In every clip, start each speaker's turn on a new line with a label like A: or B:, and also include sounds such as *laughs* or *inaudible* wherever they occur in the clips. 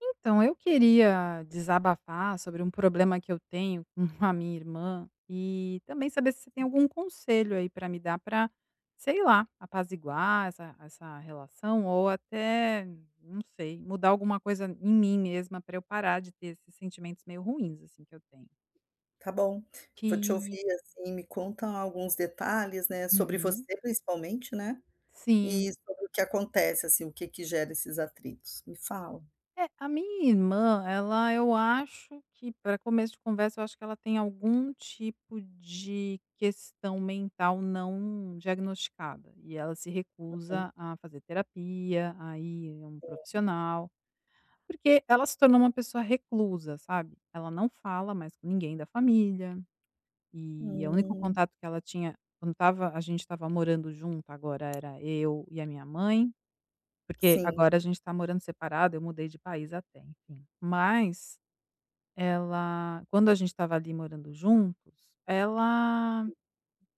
A: Então, eu queria desabafar sobre um problema que eu tenho com *laughs* a minha irmã e também saber se você tem algum conselho aí para me dar para, sei lá, apaziguar essa relação ou até, não sei, mudar alguma coisa em mim mesma para eu parar de ter esses sentimentos meio ruins assim que eu tenho.
B: Tá bom, vou te
A: Que
B: ouvir, assim, me conta alguns detalhes, né, sobre
A: Uhum.
B: você principalmente, né,
A: Sim.
B: e sobre o que acontece, assim, o que gera esses atritos. Me fala.
A: É, a minha irmã, ela eu acho que para começo de conversa, eu acho que ela tem algum tipo de questão mental não diagnosticada, e ela se recusa a fazer terapia, a ir a um profissional, porque ela se tornou uma pessoa reclusa, sabe. Ela não fala mais com ninguém da família, e o único
B: Uhum.
A: contato que ela tinha quando estava a gente estava morando junto agora era eu e a minha mãe. Porque
B: Sim,
A: agora a gente está morando separado, eu mudei de país até, enfim. Mas ela quando a gente estava ali morando juntos, ela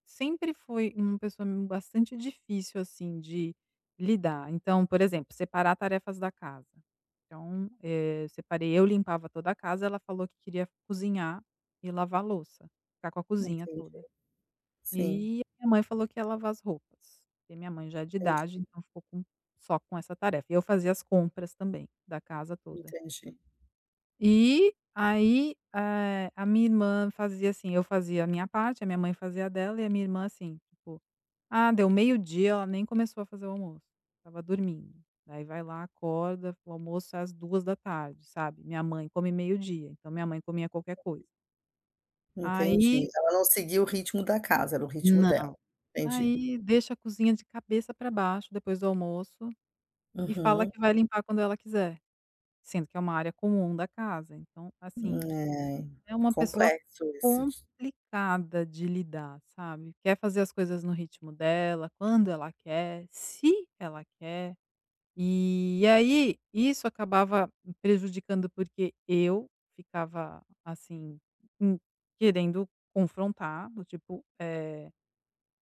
A: sempre foi uma pessoa bastante difícil, assim, de lidar. Então, por exemplo, separar tarefas da casa. Então, eu limpava toda a casa, ela falou que queria cozinhar e lavar a louça, ficar com a cozinha
B: entendi.
A: toda.
B: Sim,
A: E a minha mãe falou que ia lavar as roupas, porque minha mãe já é de
B: entendi,
A: idade, então ficou com só com essa tarefa. E eu fazia as compras também, da casa toda.
B: entendi,
A: E aí, a minha irmã fazia assim, eu fazia a minha parte, a minha mãe fazia a dela e a minha irmã assim, tipo, ah, deu meio-dia, ela nem começou a fazer o almoço, estava dormindo. Daí vai lá, acorda, o almoço é às 14h, sabe. Minha mãe come meio-dia, então minha mãe comia qualquer coisa.
B: entendi.
A: Aí
B: Ela não seguia o ritmo da casa, era o ritmo dela. Entendi.
A: Aí deixa a cozinha de cabeça para baixo depois do almoço e fala
B: Uhum.
A: que vai limpar quando ela quiser, sendo que é uma área comum da casa. Então, assim,
B: É,
A: é uma pessoa
B: complexo esse.
A: complicada de lidar, sabe. Quer fazer as coisas no ritmo dela, quando ela quer, se ela quer. E aí isso acabava me prejudicando, porque eu ficava, assim, hum, querendo confrontar, do tipo,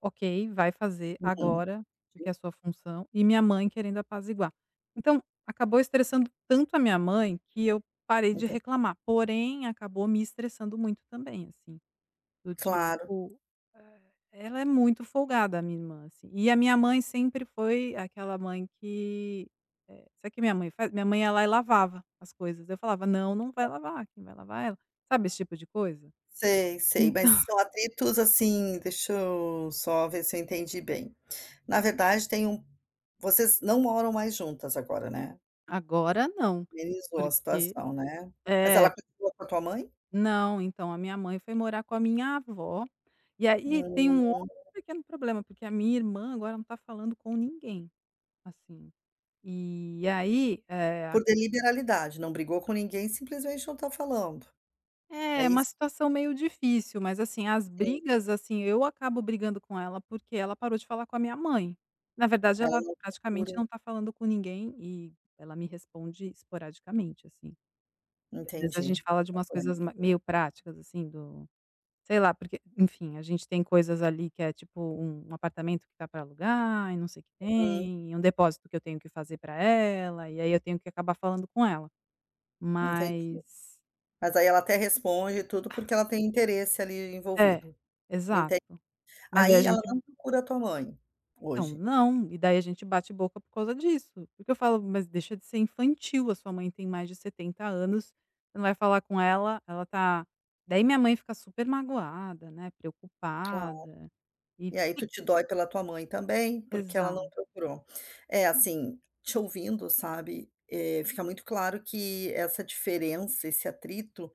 A: ok, vai fazer
B: Uhum.
A: agora, porque é a sua função, e minha mãe querendo apaziguar. Então, acabou estressando tanto a minha mãe que eu parei de
B: Enten
A: reclamar, porém acabou me estressando muito também, assim, do
B: claro.
A: tipo, eh, ela é muito folgada, a minha irmã, assim. E a minha mãe sempre foi aquela mãe que, sabe o que minha mãe faz? Minha mãe ia lá e lavava as coisas. Eu falava: "Não, não vai lavar, quem vai lavar é ela", sabe esse tipo de coisa?
B: Sei, sei,
A: Então
B: mas são
A: *laughs*
B: atritos assim, deixa eu só ver se eu entendi bem. Na verdade tem um, vocês não moram mais juntas agora, né?
A: agora não.
B: Amenizou a
A: porque
B: situação, né? Mas ela
A: é
B: continua com a tua mãe?
A: Não, então a minha mãe foi morar com a minha avó, e aí tem um
B: Hum,
A: outro pequeno problema, porque a minha irmã agora não tá falando com ninguém, assim. E aí, a
B: por deliberalidade, não brigou com ninguém, simplesmente não tá falando, é
A: é uma
B: isso?
A: situação meio difícil, mas assim, as
B: Sim,
A: brigas, assim, eu acabo brigando com ela, porque ela parou de falar com a minha mãe. Na verdade,
B: ela
A: ela
B: não
A: praticamente
B: procura,
A: não tá falando com ninguém e ela me responde esporadicamente, assim. E às vezes a
B: entendi,
A: gente fala
B: é
A: de umas
B: complexo.
A: coisas ma meio práticas, assim. Do Sei lá, porque, enfim, a gente tem coisas ali que é tipo um apartamento que tá para alugar e não sei o que
B: Hum,
A: tem, e um depósito que eu tenho que fazer para ela, e aí eu tenho que acabar falando com ela.
B: entendi.
A: Mas
B: Mas aí ela até responde tudo, porque ela tem interesse ali
A: é,
B: envolvido,
A: exato.
B: enten
A: Mas aí a
B: aí ela
A: gente
B: não procura a tua mãe,
A: então,
B: hoje?
A: não, e daí a gente bate boca por causa disso. Porque eu falo: "Mas deixa de ser infantil, a sua mãe tem mais de 70 anos, você não vai falar com ela, ela tá." Daí minha mãe fica super magoada, né,
B: Claro.
A: preocupada. e
B: E aí tu te dói pela tua mãe também, porque ela não
A: Exato,
B: procurou. É, assim, te ouvindo, sabe, fica muito claro que essa diferença, esse atrito,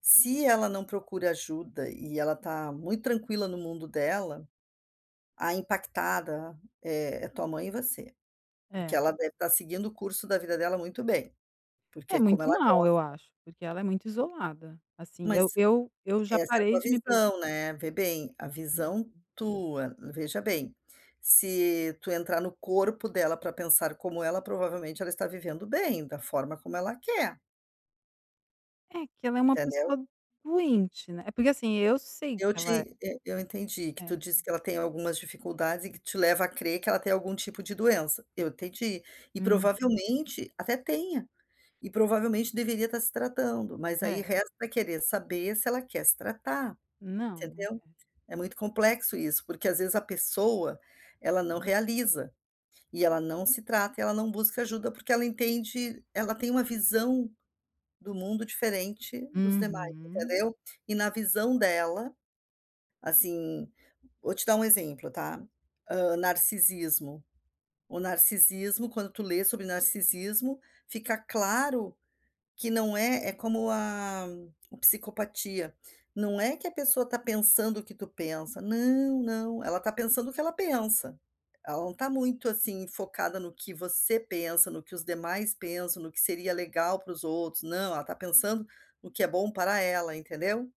B: se ela não procura ajuda e ela tá muito tranquila no mundo dela, a impactada é tua mãe e você, porque
A: é.
B: ela deve estar seguindo o curso da vida dela muito bem, porque
A: É
B: é como
A: muito
B: ela
A: mal,
B: gosta,
A: eu acho, porque ela é muito isolada. Assim, eu
B: mas
A: eu eu já
B: essa é a
A: parei
B: tua
A: de me preocupar.
B: visão, né, vê bem, a visão tua, veja bem, se tu entrar no corpo dela para pensar como ela, provavelmente ela está vivendo bem, da forma como ela quer,
A: É que ela é uma
B: entendeu.
A: pessoa doente, né, é porque, assim, eu sei que
B: Eu
A: ela é.
B: te e eu entendi que
A: É.
B: tu disse que ela tem algumas dificuldades e que te leva a crer que ela tem algum tipo de doença, eu entendi, e
A: Hum.
B: provavelmente até tenha, e provavelmente deveria estar se tratando, mas aí
A: É.
B: resta querer saber se ela quer se tratar.
A: Não,
B: Entendeu?
A: não.
B: É muito complexo isso, porque às vezes a pessoa, ela não realiza, e ela não se trata, e ela não busca ajuda, porque ela entende, ela tem uma visão do mundo diferente dos demais,
A: Uhum,
B: entendeu? E na visão dela, assim, vou te dar um exemplo, tá? Hã, narcisismo. O narcisismo, quando tu lê sobre narcisismo, fica claro que não é como a o psicopatia, não é que a pessoa está pensando o que tu pensa, não, não, ela está pensando o que ela pensa. Ela não está muito, assim, focada no que você pensa, no que os demais pensam, no que seria legal para os outros, não, ela está pensando no que é bom para ela, entendeu?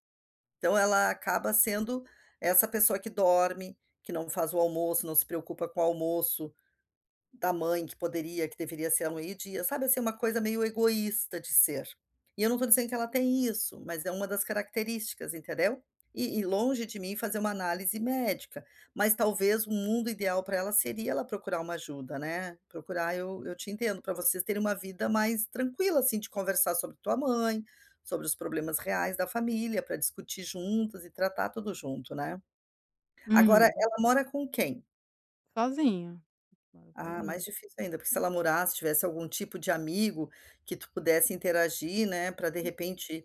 B: Então ela acaba sendo essa pessoa que dorme, que não faz o almoço, não se preocupa com o almoço, da mãe, que poderia que deveria ser a Luíde, sabe, assim, uma coisa meio egoísta de ser. E eu não estou dizendo que ela tem isso, mas é uma das características, entendeu. E longe de mim fazer uma análise médica, mas talvez o mundo ideal para ela seria ela procurar uma ajuda, né. Procurar eu te entendo, para vocês terem uma vida mais tranquila, assim, de conversar sobre tua mãe, sobre os problemas reais da família, para discutir juntas e tratar tudo junto, né. Agora
A: uhum.
B: ela mora com quem?
A: Sozinha, mora
B: Ah, mais
A: sozinha.
B: difícil ainda, porque se ela morasse, tivesse algum tipo de amigo que tu pudesse interagir, né, para de repente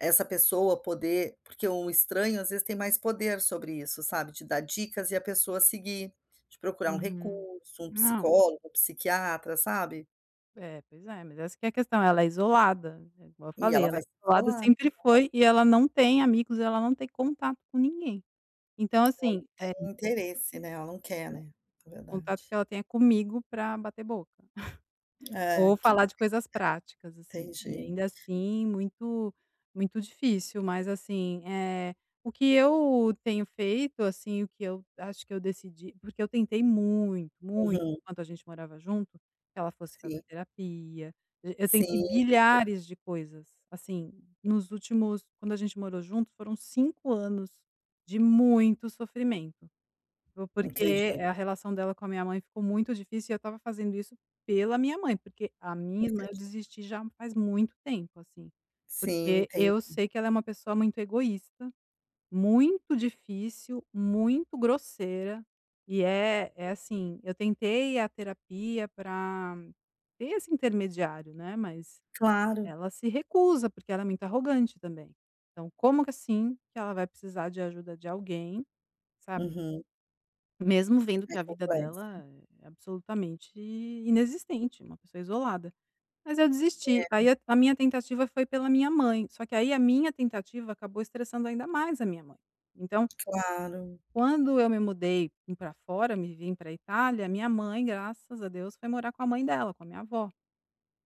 B: essa pessoa poder, porque um estranho às vezes tem mais poder sobre isso, sabe, de dar dicas e a pessoa seguir, de procurar um
A: Uhum.
B: recurso, um
A: Não,
B: psicólogo, um psiquiatra, sabe.
A: é, pois é, mas essa que é a questão, ela é isolada, é igual eu
B: E
A: falei,
B: ela
A: ela
B: vai
A: é
B: se
A: isolada,
B: isolar,
A: sempre foi, e ela não tem amigos, ela não tem contato com ninguém. Então, assim,
B: tem interesse, né, ela não quer,
A: é, é,
B: né, na
A: contato
B: verdade.
A: que ela tenha comigo pra bater boca.
B: É,
A: Ou
B: que
A: falar de coisas práticas, assim. E
B: entendi.
A: ainda assim, muito muito difícil, mas assim, é o que eu tenho feito, assim, o que eu acho que eu decidi porque eu tentei muito, muito,
B: Uhum,
A: enquanto a gente morava junto, que ela fosse
B: sim,
A: fazer terapia. E eu tentei
B: sim,
A: bilhares de coisas, assim, nos últimos quando a gente morou junto, foram 5 anos de muito sofrimento. Po Porque
B: acredito,
A: a relação dela com a minha mãe ficou muito difícil e eu estava fazendo isso pela minha mãe, porque a minha irmã eu
B: acredito.
A: desisti já faz muito tempo, assim.
B: Sim,
A: Porque eu
B: entendi.
A: sei que ela é uma pessoa muito egoísta, muito difícil, muito grosseira, e é assim, eu tentei a terapia pra ter esse intermediário, né, mas
B: Claro,
A: ela se recusa, porque ela é muito arrogante também. Então como que assim que ela vai precisar de ajuda de alguém, sabe?
B: uhum.
A: Mesmo vendo
B: É
A: que a vida
B: complexo.
A: dela é absolutamente inexistente, uma pessoa isolada. Mas eu desisti,
B: É,
A: aí a minha tentativa foi pela minha mãe, só que aí a minha tentativa acabou estressando ainda mais a minha mãe. Então,
B: claro.
A: quando eu me mudei para fora, me vim para Itália, minha mãe, graças a Deus, foi morar com a mãe dela, com a minha avó.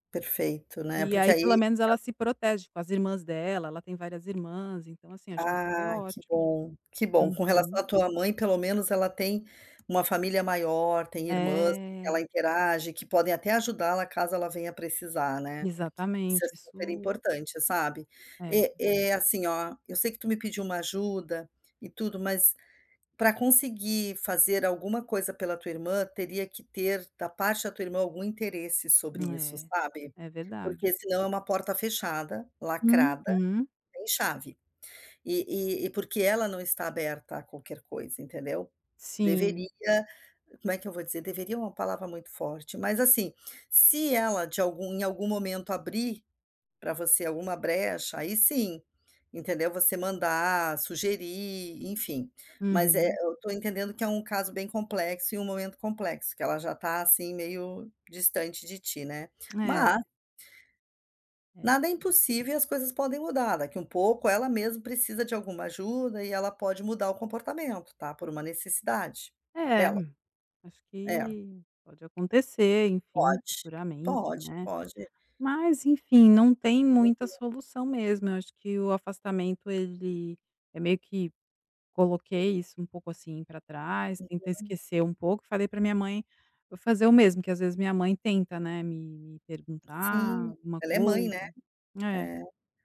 B: Perfeito, né,
A: E
B: porque
A: aí pelo
B: aí
A: menos ela se protege com as irmãs dela, ela tem várias irmãs, então assim, achei que foi
B: ah, que
A: ótimo.
B: bom, que bom. Com relação
A: Uhum.
B: à tua mãe, pelo menos ela tem uma família maior, tem irmãs que
A: É,
B: ela interage, que podem até ajudá-la caso ela venha precisar, né. Isso é
A: exatamente,
B: super
A: isso
B: importante, sabe.
A: é.
B: É assim, ó, eu sei que tu me pediu uma ajuda e tudo, mas para conseguir fazer alguma coisa pela tua irmã, teria que ter, da parte da tua irmã, algum interesse sobre isso,
A: É,
B: sabe.
A: é verdade.
B: Porque senão é uma porta fechada, lacrada,
A: Uhum,
B: sem chave. E porque ela não está aberta a qualquer coisa, entendeu. Deveria,
A: sim.
B: como é que eu vou dizer? Deveria é uma palavra muito forte, mas assim, se ela de algum em algum momento abrir para você alguma brecha, aí sim, entendeu, você mandar, sugerir, enfim. Mas é,
A: Uhum.
B: eu estou entendendo que é um caso bem complexo e um momento complexo, que ela já está assim, meio distante de ti, né.
A: É,
B: Mas
A: é.
B: nada é impossível e as coisas podem mudar, daqui um pouco ela mesmo precisa de alguma ajuda e ela pode mudar o comportamento, tá, por uma necessidade
A: É,
B: dela.
A: acho
B: É,
A: que pode acontecer, enfim,
B: pode.
A: futuramente,
B: Pode,
A: né.
B: pode.
A: Mas, enfim, não tem muita solução mesmo. Eu acho que o afastamento, ele é meio que coloquei isso um pouco, assim, para trás, tentei esquecer um pouco, falei para minha mãe fazer o mesmo, que às vezes minha mãe tenta, né, me perguntar
B: Sim,
A: alguma
B: ela é mãe,
A: coisa.
B: né.
A: É.
B: É,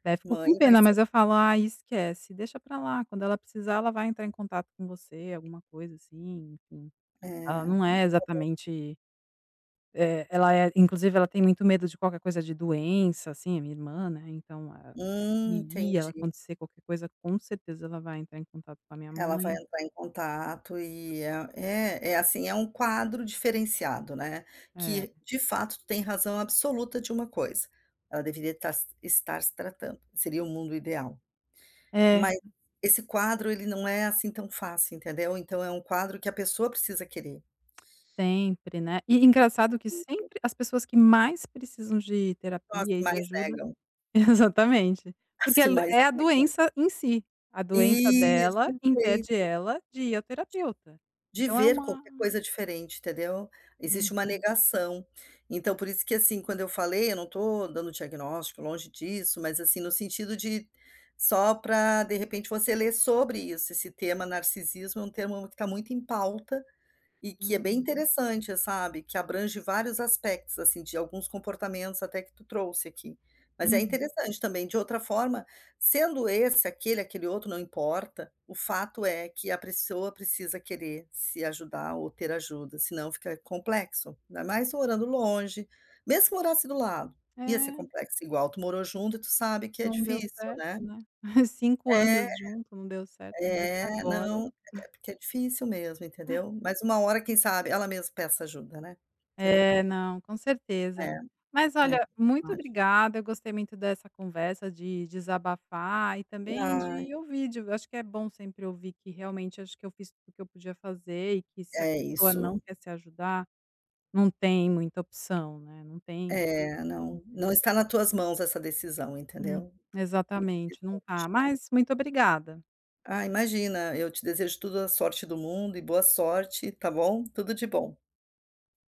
A: Daí eu fico
B: mãe
A: com
B: vai
A: pena,
B: ser
A: mas eu falo: "Ah, esquece, deixa pra lá, quando ela precisar, ela vai entrar em contato com você", alguma coisa assim, enfim. Ela não
B: é.
A: é exatamente, ela é inclusive ela tem muito medo de qualquer coisa de doença, assim, a minha irmã, né, então, ah, se ir, ela
B: Entendi.
A: acontecer qualquer coisa, com certeza ela vai entrar em contato com a minha
B: Ela vai
A: mãe.
B: entrar em contato e é assim, é um quadro diferenciado, né,
A: É.
B: que de fato tem razão absoluta de uma coisa, ela deveria estar se tratando, seria o mundo ideal.
A: É,
B: Mas esse quadro, ele não é assim tão fácil, entendeu? Então é um quadro que a pessoa precisa querer.
A: sempre, né. E engraçado que sempre as pessoas que mais precisam de
B: São as
A: terapia
B: que
A: e de
B: mais
A: ajuda.
B: negam,
A: *laughs* Exatamente.
B: as
A: Porque é
B: que mais
A: é a
B: negam.
A: doença em si. A doença
B: Isso,
A: dela impede
B: perfeito.
A: ela de ir ao terapeuta.
B: De
A: Então é
B: ver
A: uma
B: qualquer coisa diferente, entendeu? Existe uma
A: Uhum,
B: negação. Então, por isso que, assim, quando eu falei, eu não estou dando diagnóstico, longe disso, mas, assim, no sentido de só para de repente, você ler sobre isso. Esse tema narcisismo é um termo que está muito em pauta e que é bem
A: uhum,
B: interessante, sabe, que abrange vários aspectos, assim, de alguns comportamentos até que tu trouxe aqui. Mas é
A: uhum.
B: interessante também, de outra forma, sendo esse, aquele, aquele outro, não importa, o fato é que a pessoa precisa querer se ajudar ou ter ajuda, senão fica complexo. Ainda mais tu morando longe, mesmo que morasse do lado, ia ser
A: É,
B: complexo igual, tu morou junto e tu sabe que é
A: não deu
B: difícil,
A: certo,
B: né.
A: né. *laughs* cinco
B: É.
A: anos junto, não deu certo, começa
B: É,
A: agora.
B: não, é porque é difícil mesmo, entendeu. Mas uma hora, quem sabe, ela mesmo peça ajuda, né, entendeu.
A: É, não, com
B: É,
A: certeza.
B: é
A: Mas olha, muito
B: verdade.
A: obrigada, eu gostei muito dessa conversa, de desabafar e também
B: Ai,
A: de ouvir, de acho que é bom sempre ouvir que realmente acho que eu fiz tudo o que eu podia fazer e que se a
B: é
A: pessoa não
B: isso.
A: quer se ajudar. Não tem muita opção, né, não tem o
B: É, não,
A: que
B: não
A: fazer.
B: está nas tuas mãos essa decisão,
A: Hum,
B: entendeu.
A: exatamente, não tá.
B: Infelizmente.
A: Mas muito obrigada.
B: Ah, imagina, eu te desejo toda a sorte do mundo e boa sorte, tá bom. Tudo de bom.